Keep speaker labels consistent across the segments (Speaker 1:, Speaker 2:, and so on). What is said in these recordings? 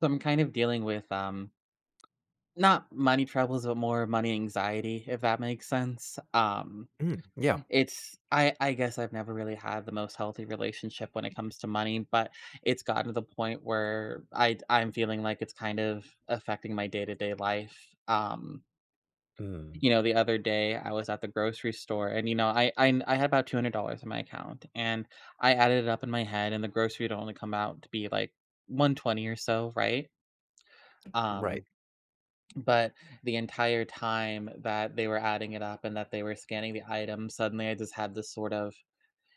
Speaker 1: So I'm kind of dealing with not money troubles, but more money anxiety, if that makes sense.
Speaker 2: Mm, yeah.
Speaker 1: It's I guess I've never really had the most healthy relationship when it comes to money, but it's gotten to the point where I'm feeling like it's kind of affecting my day-to-day life.
Speaker 2: Mm.
Speaker 1: You know, the other day I was at the grocery store and you know, I had about $200 in my account, and I added it up in my head, and the grocery would only come out to be like 120 or so, right?
Speaker 2: Right.
Speaker 1: Um But the entire time that they were adding it up and that they were scanning the item, suddenly I just had this sort of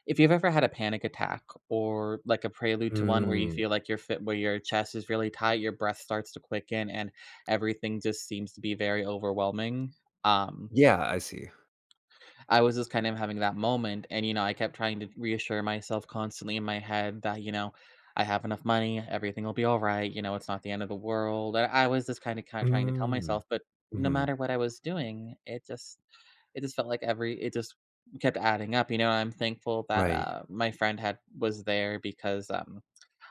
Speaker 1: if you've ever had a panic attack or like a prelude to one where you
Speaker 2: Mm,
Speaker 1: feel like your fit where your chest is really tight, your breath starts to quicken, and everything just seems to be very overwhelming. Um
Speaker 2: yeah, I see.
Speaker 1: I was just kind of having that moment, and, you know, I kept trying to reassure myself constantly in my head that, you know, I have enough money, everything will be all right, you know, it's not the end of the world. I was just kind of trying to tell
Speaker 2: Mm,
Speaker 1: myself, but no
Speaker 2: mhm.
Speaker 1: matter what I was doing, it just felt like every it just kept adding up. You know, I'm thankful that
Speaker 2: Right.
Speaker 1: my friend had was there because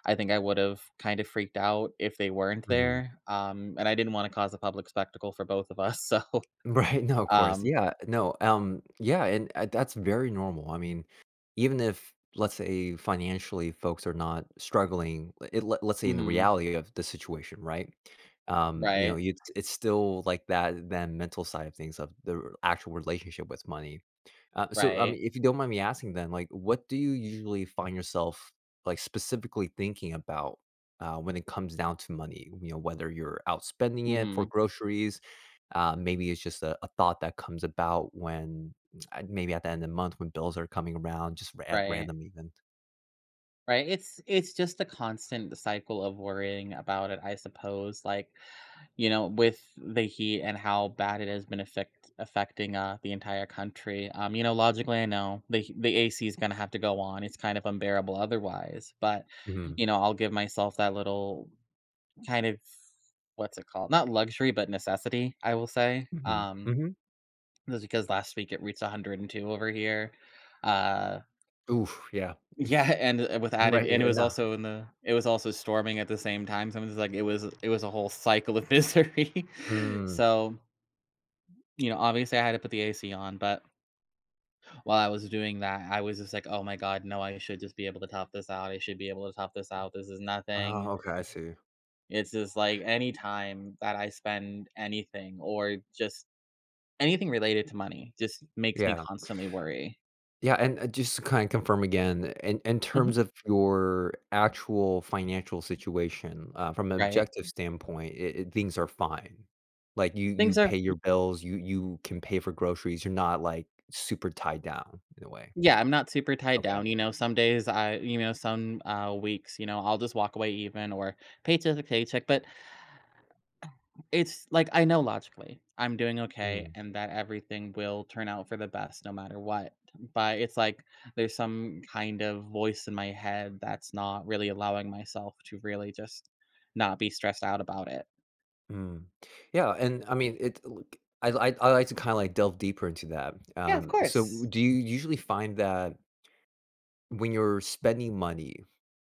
Speaker 1: I think I would have kind of freaked out if they weren't
Speaker 2: Mhm.
Speaker 1: there, and I didn't want to cause a public spectacle for both of us. So,
Speaker 2: Right, no, of course.
Speaker 1: um,
Speaker 2: Yeah, no, yeah, that's very normal. I mean, even if, let's say, financially folks are not struggling, it let's say in the
Speaker 1: mhm,
Speaker 2: reality of the situation, right? You know,
Speaker 1: right,
Speaker 2: it's still like that mental side of things of the r actual relationship with money. I
Speaker 1: right.
Speaker 2: mean, if you don't mind me asking then, like, what do you usually find yourself, like, specifically thinking about, when it comes down to money? You know, whether you're outspending it for
Speaker 1: Mhm.
Speaker 2: groceries, maybe it's just a thought that comes about when maybe at the end of the month when bills are coming around, just at
Speaker 1: Right.
Speaker 2: random even.
Speaker 1: Right. It's just a constant cycle of worrying about it, I suppose. Like, you know, with the heat and how bad it has been affecting the entire country. You know, logically I know the AC is gonna have to go on. It's kind of unbearable otherwise. But,
Speaker 2: Mhm,
Speaker 1: you know, I'll give myself that little kind of what's it called? Not luxury, but necessity, I will say.
Speaker 2: mhm, mhm.
Speaker 1: Just because last week it reached 102 over here. Uh
Speaker 2: Oof, yeah.
Speaker 1: Yeah, and, with added
Speaker 2: Right,
Speaker 1: and it
Speaker 2: yeah,
Speaker 1: was
Speaker 2: no.
Speaker 1: also in the it was also storming at the same time, so it was like it was a whole cycle of misery.
Speaker 2: Mm.
Speaker 1: So, you know, obviously I had to put the AC on, but while I was doing that, I was just like, "Oh my god, no, I should just be able to top this out. I should be able to top this out. This is nothing."
Speaker 2: Oh, okay, I see.
Speaker 1: It's just like any time that I spend anything, or just anything related to money just makes me
Speaker 2: Yeah.
Speaker 1: constantly worry.
Speaker 2: Yeah, and just to kind of confirm again, in
Speaker 1: Mhm,
Speaker 2: terms of your actual financial situation, from an
Speaker 1: right.
Speaker 2: objective standpoint, it- things are fine. Like you
Speaker 1: Things
Speaker 2: pay
Speaker 1: are
Speaker 2: your bills, you can pay for groceries. You're not like super tied down in a way.
Speaker 1: Yeah, I'm not super tied
Speaker 2: Okay.
Speaker 1: down, you know, some days I you know, some, weeks, you know, I'll just walk away even or paycheck to paycheck, but it's like, I know logically I'm doing okay
Speaker 2: Mm.
Speaker 1: and that everything will turn out for the best no matter what, but it's like there's some kind of voice in my head that's not really allowing myself to really just not be stressed out about it.
Speaker 2: Mm. Yeah, and I mean, it look, I like to kinda, like, delve deeper into that.
Speaker 1: Yeah, of
Speaker 2: So w
Speaker 1: course.
Speaker 2: do you usually find that when you're spending money,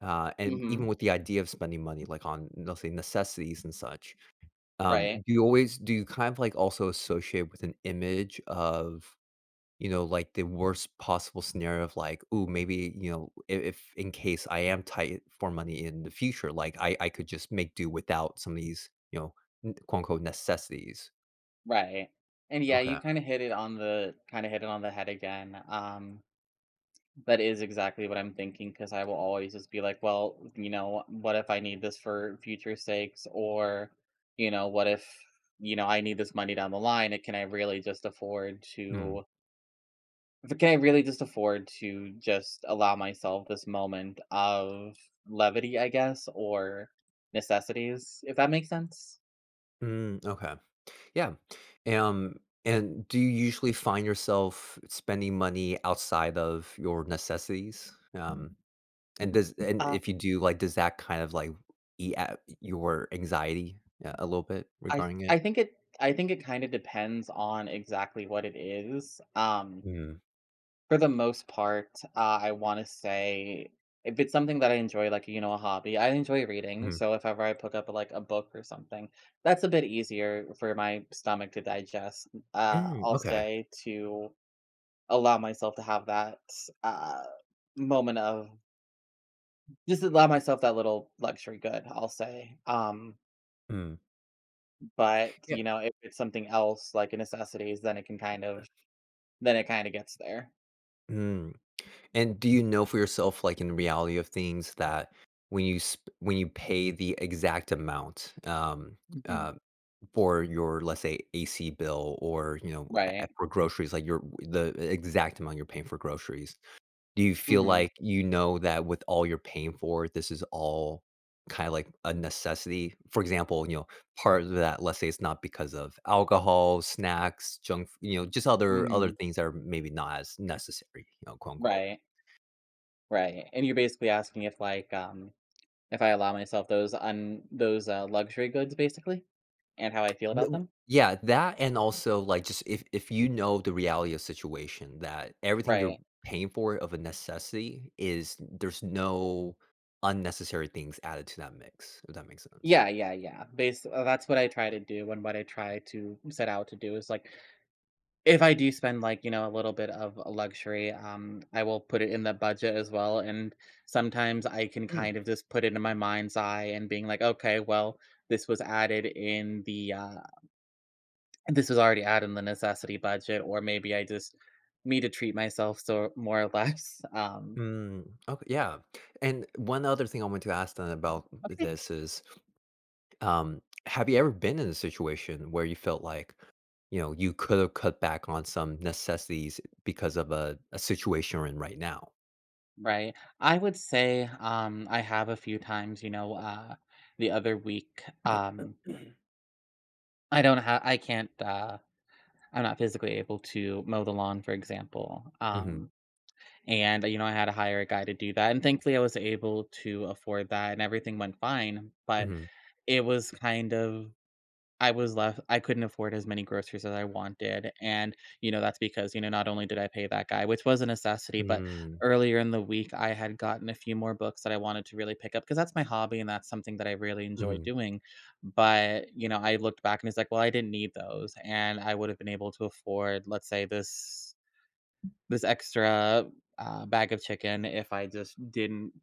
Speaker 2: and even
Speaker 1: Mhm.
Speaker 2: with the idea of spending money, like, on, let's say, necessities and such,
Speaker 1: Right,
Speaker 2: do you kind of, like, also associate with an image of you know, like the worst possible scenario of like, oh, maybe, you know, if in case I am tight for money in the future, like I could just make do without some of these, you know, n quote unquote necessities."
Speaker 1: right, and yeah, you
Speaker 2: Okay.
Speaker 1: kinda hit it on the head again, that is exactly what I'm thinking because I will always just be like, well, you know, what if I need this for future sakes? Or, you know, what if, you know, I need this money down the line? And can I really just afford
Speaker 2: Mm.
Speaker 1: to, can I really just afford to just allow myself this moment of levity, I guess, or necessities, if that makes sense?
Speaker 2: Mm, okay. Yeah. Um, and do you usually find yourself spending money outside of your necessities? And
Speaker 1: Uh,
Speaker 2: if you do, like, does that kind of like eat at your anxiety, a little bit regarding it?
Speaker 1: I think it kind of depends on exactly what it is.
Speaker 2: Mm.
Speaker 1: For the most part, I wanna say if it's something that I enjoy, like, you know, a hobby, I enjoy reading,
Speaker 2: Mm.
Speaker 1: so if ever I pick up, like, a book or something, that's a bit easier for my stomach to digest.
Speaker 2: Mm,
Speaker 1: I'll
Speaker 2: okay.
Speaker 1: say to allow myself to have that, uh, moment of just allow myself that little luxury good, I'll say.
Speaker 2: Mm.
Speaker 1: But,
Speaker 2: Yeah.
Speaker 1: you know, if it's something else, like a necessities, then it can kind of then it kinda gets there.
Speaker 2: Mm. And do you know for yourself, like, in the reality of things that when you pay the exact amount,
Speaker 1: Mhm.
Speaker 2: uh, for your, let's say, AC bill or, you know, a
Speaker 1: Right.
Speaker 2: for groceries, like, your the exact amount you're paying for groceries. Do you feel
Speaker 1: Mhm.
Speaker 2: like you know that with all you're paying for, this is all kinda like a necessity? For example, you know, part of that, let's say it's not because of alcohol, snacks, junk f you know, just other
Speaker 1: Mhm.
Speaker 2: things that are maybe not as necessary, you know, quote, unquote.
Speaker 1: Right. Right, and you're basically asking if, like, if I allow myself those, luxury goods, basically, and how I feel about
Speaker 2: No.
Speaker 1: them?
Speaker 2: Yeah, that and also, like, just if you know the reality of situation that everything you're
Speaker 1: Right.
Speaker 2: paying for of a necessity is there's no unnecessary things added to that mix, if that makes sense.
Speaker 1: Yeah, yeah, yeah, base that's what I try to do and what I try to set out to do is, like, if I do spend, like, you know, a little bit of a luxury, I will put it in the budget as well, and sometimes I can kind of just put it in my mind's eye and being like, "Okay, well, this was added in the, This was already out in the necessity budget, or maybe I just need to treat myself, so more or less,
Speaker 2: Mm, okay, yeah, and one other thing I want to ask then about
Speaker 1: okay.
Speaker 2: this is, um, have you ever been in a situation where you felt like, you know, you could have cut back on some necessities because of a situation you're in right now?
Speaker 1: Right. I would say, I have a few times, you know, the other week, I don't have, I can't, I'm not physically able to mow the lawn, for example.
Speaker 2: Mhm,
Speaker 1: And, you know, I had to hire a guy to do that. And thankfully, I was able to afford that and everything went fine. But
Speaker 2: mhm,
Speaker 1: it was kind of I was left I couldn't afford as many groceries as I wanted, and, you know, that's because, you know, not only did I pay that guy, which was a necessity, but
Speaker 2: mm,
Speaker 1: earlier in the week, I had gotten a few more books that I wanted to really pick up because that's my hobby and that's something that I really enjoy
Speaker 2: mhm,
Speaker 1: doing, but, you know, I looked back and it's like, "Well, I didn't need those," and I would have been able to afford, let's say, this extra, bag of chicken if I just didn't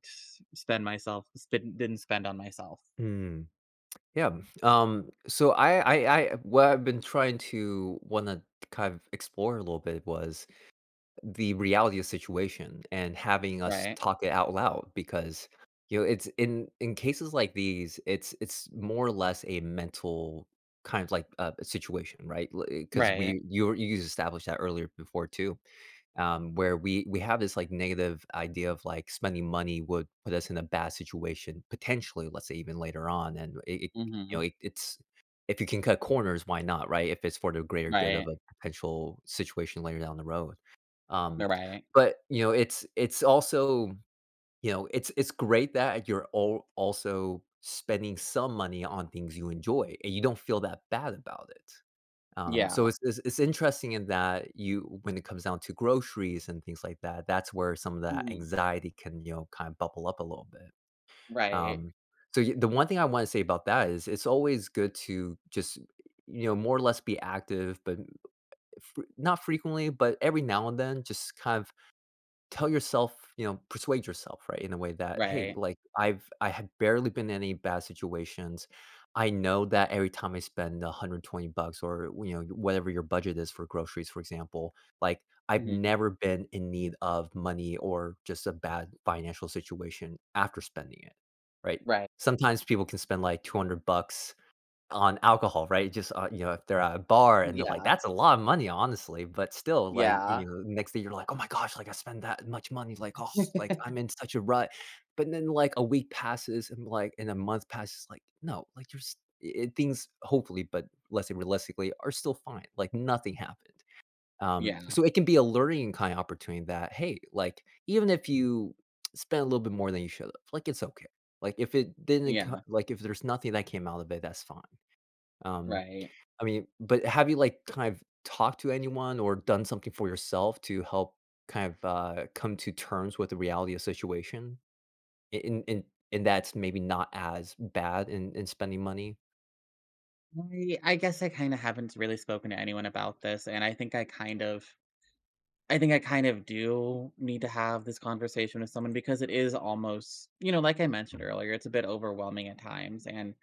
Speaker 1: spend myself spend didn't spend on myself,
Speaker 2: mm. Yeah, so I what I've been trying to wanna kind of explore a little bit was the reality of the situation and having us
Speaker 1: right?
Speaker 2: talk it out loud because you know it's in cases like these it's more or less a mental kind of like situation right because
Speaker 1: Right.
Speaker 2: we you established that earlier before too, where we have this like negative idea of like spending money would put us in a bad situation potentially let's say even later on and it you know
Speaker 1: Mhm.
Speaker 2: it's if you can cut corners why not right if it's for the greater good of
Speaker 1: Right.
Speaker 2: a potential situation later down the road, um,
Speaker 1: Right.
Speaker 2: but you know it's also you know it's great that you're all also spending some money on things you enjoy and you don't feel that bad about it, so
Speaker 1: Yeah.
Speaker 2: it's interesting in that you when it comes down to groceries and things like that, that's where some of that
Speaker 1: Mhm.
Speaker 2: anxiety can, you know, kind of bubble up a little bit.
Speaker 1: Right.
Speaker 2: Um, so the one thing I want to say about that is it's always good to just you know more or less be active, but not frequently, but every now and then, just kind of tell yourself, you know, persuade yourself, right, in a way that, "Hey,
Speaker 1: Right.
Speaker 2: like, I have barely been in any bad situations. I know that every time I spend 120 bucks or, you know, whatever your budget is for groceries, for example, like, I've
Speaker 1: Mhm.
Speaker 2: never been in need of money or just a bad financial situation after spending it," right?
Speaker 1: Right.
Speaker 2: Sometimes people can spend, like, 200 bucks on alcohol, right? Just, you know, if they're at a bar and they're like,
Speaker 1: Yeah.
Speaker 2: "That's a lot of money, honestly," but still, like, you
Speaker 1: Yeah.
Speaker 2: know, next day you're like, "Oh my gosh, like, I spend that much money, like, oh, like, I'm in such a rut." But then, like, a week passes and, a month passes, like, no, like, you're s eh, things hopefully, but let's say realistically, are still fine, like, nothing happened.
Speaker 1: Yeah.
Speaker 2: So it can be a learning kind of opportunity that, hey, like, even if you spend a little bit more than you should have, like, it's okay. Like, if it didn't co
Speaker 1: Yeah.
Speaker 2: like, if there's nothing that came out of it, that's fine. Um,
Speaker 1: Right.
Speaker 2: I mean, but have you, like, kind of talked to anyone or done something for yourself to help kind of, come to terms with the reality of situation? A and that's maybe not as bad in spending money?
Speaker 1: I guess I kinda haven't really spoken to anyone about this, and I think I kind of do need to have this conversation with someone because it is almost you know, like I mentioned
Speaker 2: Mm.
Speaker 1: earlier, it's a bit overwhelming at times, and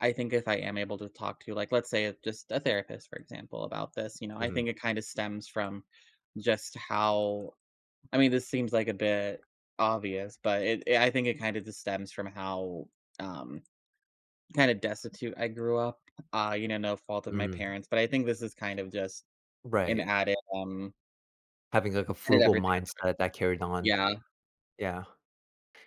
Speaker 1: I think if I am able to talk to, like, let's say, just a therapist, for example, about this, you know, I think
Speaker 2: Mhm.
Speaker 1: it kinda stems from just how I mean, this seems like a bit obvious, but it I think it kind of just stems from how um kind of destitute I grew up. You know, no fault of my
Speaker 2: Mm.
Speaker 1: parents, but I think this is kind of just an
Speaker 2: Right.
Speaker 1: added
Speaker 2: Having, like, a
Speaker 1: added
Speaker 2: frugal
Speaker 1: everything.
Speaker 2: mindset that carried on.
Speaker 1: Yeah.
Speaker 2: Yeah.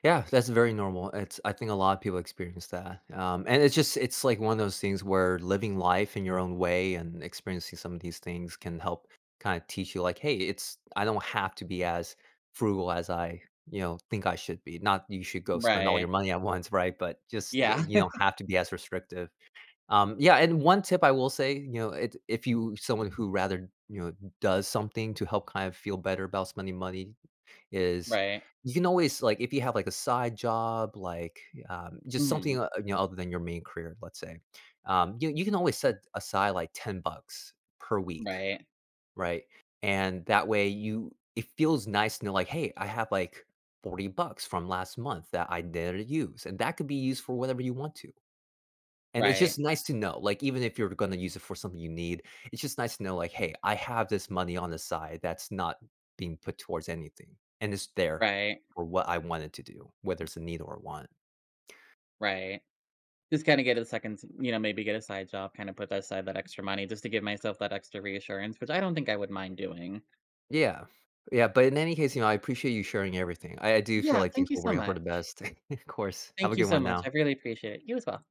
Speaker 2: Yeah, that's very normal. It's I think a lot of people experience that, and it's just it's like one of those things where living life in your own way and experiencing some of these things can help kind of teach you, like, hey, it's I don't have to be as frugal as I you know think I should be. Not you should go spend all your
Speaker 1: Right.
Speaker 2: money at once, right? But just
Speaker 1: Yeah.
Speaker 2: you don't have to be as restrictive. Yeah, and one tip I will say, you know, if you someone who rather you know does something to help kind of feel better about spending money is
Speaker 1: Right.
Speaker 2: you can always like, if you have, like, a side job, like, just something,
Speaker 1: Hmm.
Speaker 2: you know, other than your main career, let's say, you can always set aside, like, 10 bucks per week,
Speaker 1: Right.
Speaker 2: right? And that way you it feels nice to know, like, "Hey, I have, like, 40 bucks from last month that I didn't use," and that could be used for whatever you want to. And it's
Speaker 1: Right.
Speaker 2: just nice to know, like, even if you're gonna use it for something you need, it's just nice to know, like, "Hey, I have this money on the side that's not being put towards anything, and it's there
Speaker 1: Right.
Speaker 2: for what I wanted to do, whether it's a need or a want."
Speaker 1: Right. Just kind of get a second, you know, maybe get a side job, kind of put aside that extra money just to give myself that extra reassurance, which I don't think I would mind doing.
Speaker 2: Yeah. Yeah, but in any case, you know, I appreciate you sharing everything. I do feel
Speaker 1: Yeah,
Speaker 2: like things
Speaker 1: thank you
Speaker 2: will
Speaker 1: so
Speaker 2: work out for the
Speaker 1: much.
Speaker 2: best. Of course. Have a
Speaker 1: Thank you
Speaker 2: good
Speaker 1: so
Speaker 2: one
Speaker 1: much.
Speaker 2: now.
Speaker 1: I really appreciate it. You as well.